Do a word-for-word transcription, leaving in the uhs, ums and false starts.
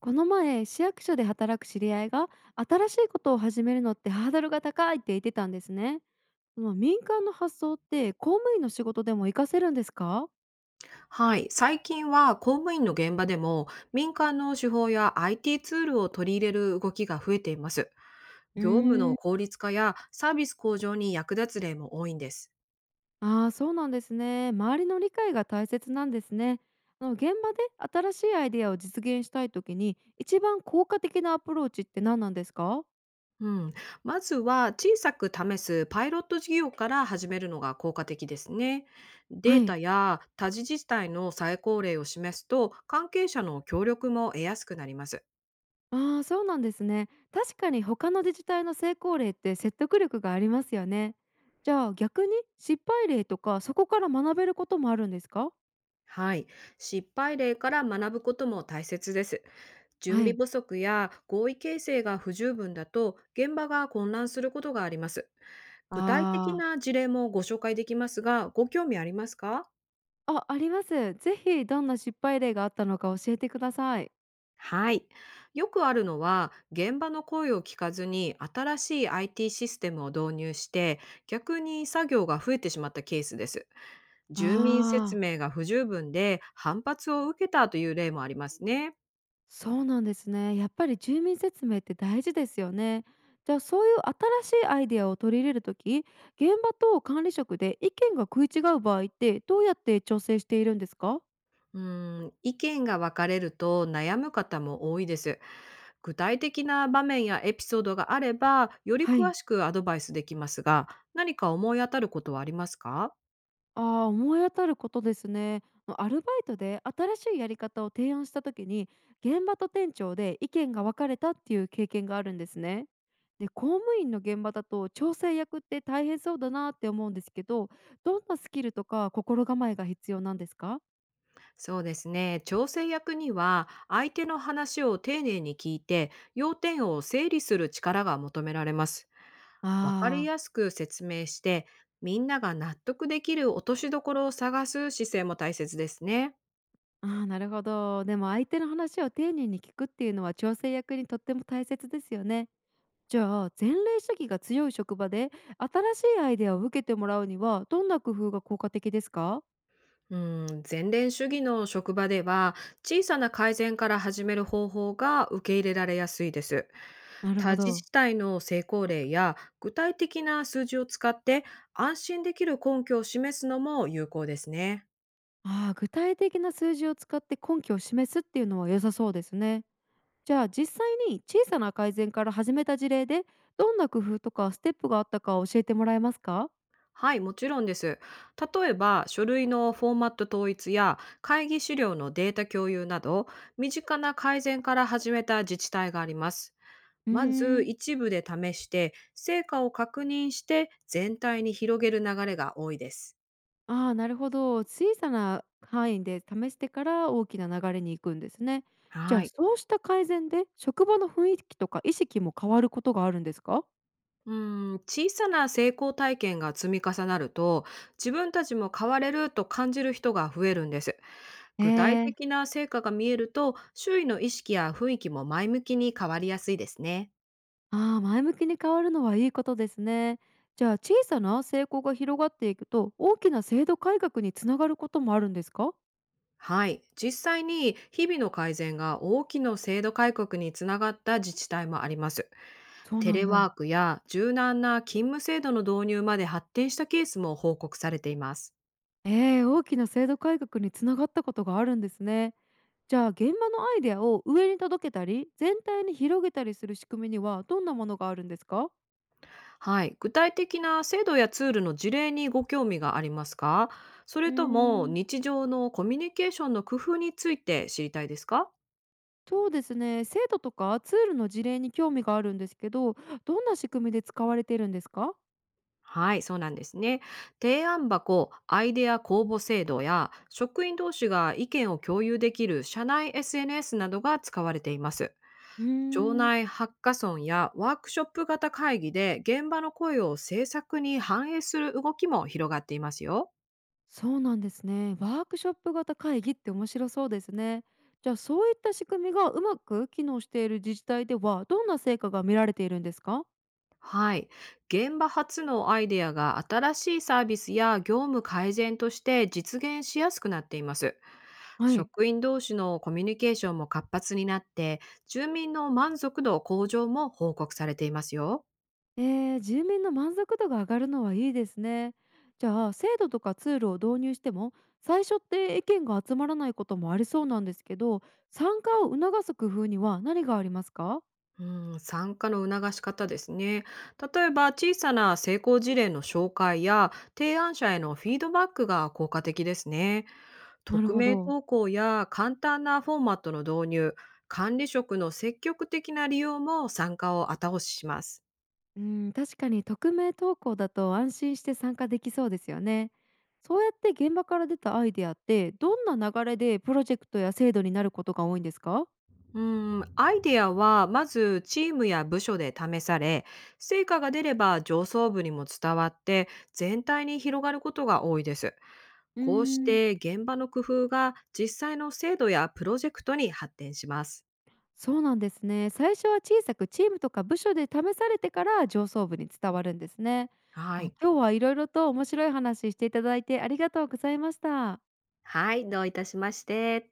この前市役所で働く知り合いが新しいことを始めるのってハードルが高いって言ってたんですね。その民間の発想って公務員の仕事でも活かせるんですか？はい、最近は公務員の現場でも民間の手法や アイティー ツールを取り入れる動きが増えています。うー業務のん、効率化やサービス向上に役立つ例も多いんです。ああー、そうなんですね。周りの理解が大切なんですね。あの現場で新しいアイデアを実現したい時に一番効果的なアプローチって何なんですか？うん、まずは小さく試すパイロット事業から始めるのが効果的ですね。はデータい。や他自治体の最高例を示すと関係者の協力も得やすくなります。ああ、そうなんですね。確かに他の自治体の成功例って説得力がありますよね。じゃあ逆に失敗例とかそこから学べることもあるんですか？はい、失敗例から学ぶことも大切です。準は備い。不足や合意形成が不十分だと現場が混乱することがあります。具体的あな事例もご紹介できますが、ご興味ありますか？あ、あ、あります。ぜひどんな失敗例があったのか教えてください。はい。よくあるのは、現場の声を聞かずに新しい アイティー システムを導入して、逆に作業が増えてしまったケースです。住民説ああ、明が不十分で反発を受けたという例もありますね。そうなんですね。やっぱり住民説明って大事ですよね。じゃあそういう新しいアイデアを取り入れるとき、現場と管理職で意見が食い違う場合ってどうやって調整しているんですか？うん、意見が分かれると悩む方も多いです。具体的な場面やエピソードがあれば、よりは詳い。しくアドバイスできますが、何か思い当たることはありますか？ああ、思い当たることですね。アルバイトで新しいやり方を提案した時に現場と店長で意見が分かれたっていう経験があるんですね。で、公務員の現場だと調整役って大変そうだなって思うんですけど、どんなスキルとか心構えが必要なんですか？そうですね。調整役には、相手の話を丁寧に聞いて、要点を整理する力が求められます。あわかりー、やすく説明して、みんなが納得できる落としどころを探す姿勢も大切ですね。あー、なるほど。でも相手の話を丁寧に聞くっていうのは調整役にとっても大切ですよね。じゃあ前例主義が強い職場で新しいアイデアを受けてもらうにはどんな工夫が効果的ですか？うん、前例主義の職場では小さな改善から始める方法が受け入れられやすいです。なる他ほ自ど。治体の成功例や具体的な数字を使って安心できる根拠を示すのも有効ですね。ああ、具体的な数字を使って根拠を示すっていうのは良さそうですね。じゃあ実際に小さな改善から始めた事例でどんな工夫とかステップがあったか教えてもらえますか？はい、もちろんです。例えば書類のフォーマット統一や会議資料のデータ共有など身近な改善から始めた自治体があります。うーまずん、一部で試して、成果を確認して全体に広げる流れが多いです。ああ、なるほど。小さな範囲で試してから大きな流れに行くんですね。じゃはあい。そうした改善で職場の雰囲気とか意識も変わることがあるんですか？うん、小さな成功体験が積み重なると、自分たちも変われると感じる人が増えるんです。え具体え、的な成果が見えると、周囲の意識や雰囲気も前向きに変わりやすいですね。ああ、前向きに変わるのはいいことですね。じゃあ小さな成功が広がっていくと大きな制度改革につながることもあるんですか？はい。実際に日々の改善が大きな制度改革につながった自治体もあります。そうテなレんワだ。ークや柔軟な勤務制度の導入まで発展したケースも報告されています。ええ、大きな制度改革につながったことがあるんですね。じゃあ現場のアイデアを上に届けたり全体に広げたりする仕組みにはどんなものがあるんですか？はい。具体的な制度やツールの事例にご興味がありますか？そうれーともん、日常のコミュニケーションの工夫について知りたいですか？そうですね、制度とかツールの事例に興味があるんですけど、どんな仕組みで使われているんですか？はい、そうなんですね。提案箱、アイデア公募制度や、職員同士が意見を共有できる社内 エスエヌエス などが使われています。うー町ん、内ハッカソンやワークショップ型会議で現場の声を政策に反映する動きも広がっていますよ。そうなんですね。ワークショップ型会議って面白そうですね。じゃあそういった仕組みがうまく機能している自治体ではどんな成果が見られているんですか？はい。現場発のアイデアが新しいサービスや業務改善として実現しやすくなっています。はい。職員同士のコミュニケーションも活発になって、住民の満足度向上も報告されていますよ。えー、住民の満足度が上がるのはいいですね。じゃあ制度とかツールを導入しても最初って意見が集まらないこともありそうなんですけど、参加を促す工夫には何がありますか？うん、参加の促し方ですね。例えば小さな成功事例の紹介や提案者へのフィードバックが効果的ですね。なる匿ほ名ど。投稿や簡単なフォーマットの導入、管理職の積極的な利用も参加を後押しします。うん、確かに匿名投稿だと安心して参加できそうですよね。そうやって現場から出たアイデアってどんな流れでプロジェクトや制度になることが多いんですか？うん、アイデアはまずチームや部署で試され、成果が出れば上層部にも伝わって全体に広がることが多いです。うーこうしん、て現場の工夫が実際の制度やプロジェクトに発展します。そうなんですね。最初は小さくチームとか部署で試されてから上層部に伝わるんですね。はあ、い。今日はいろいろと面白い話していただいてありがとうございました。はい、どういたしまして。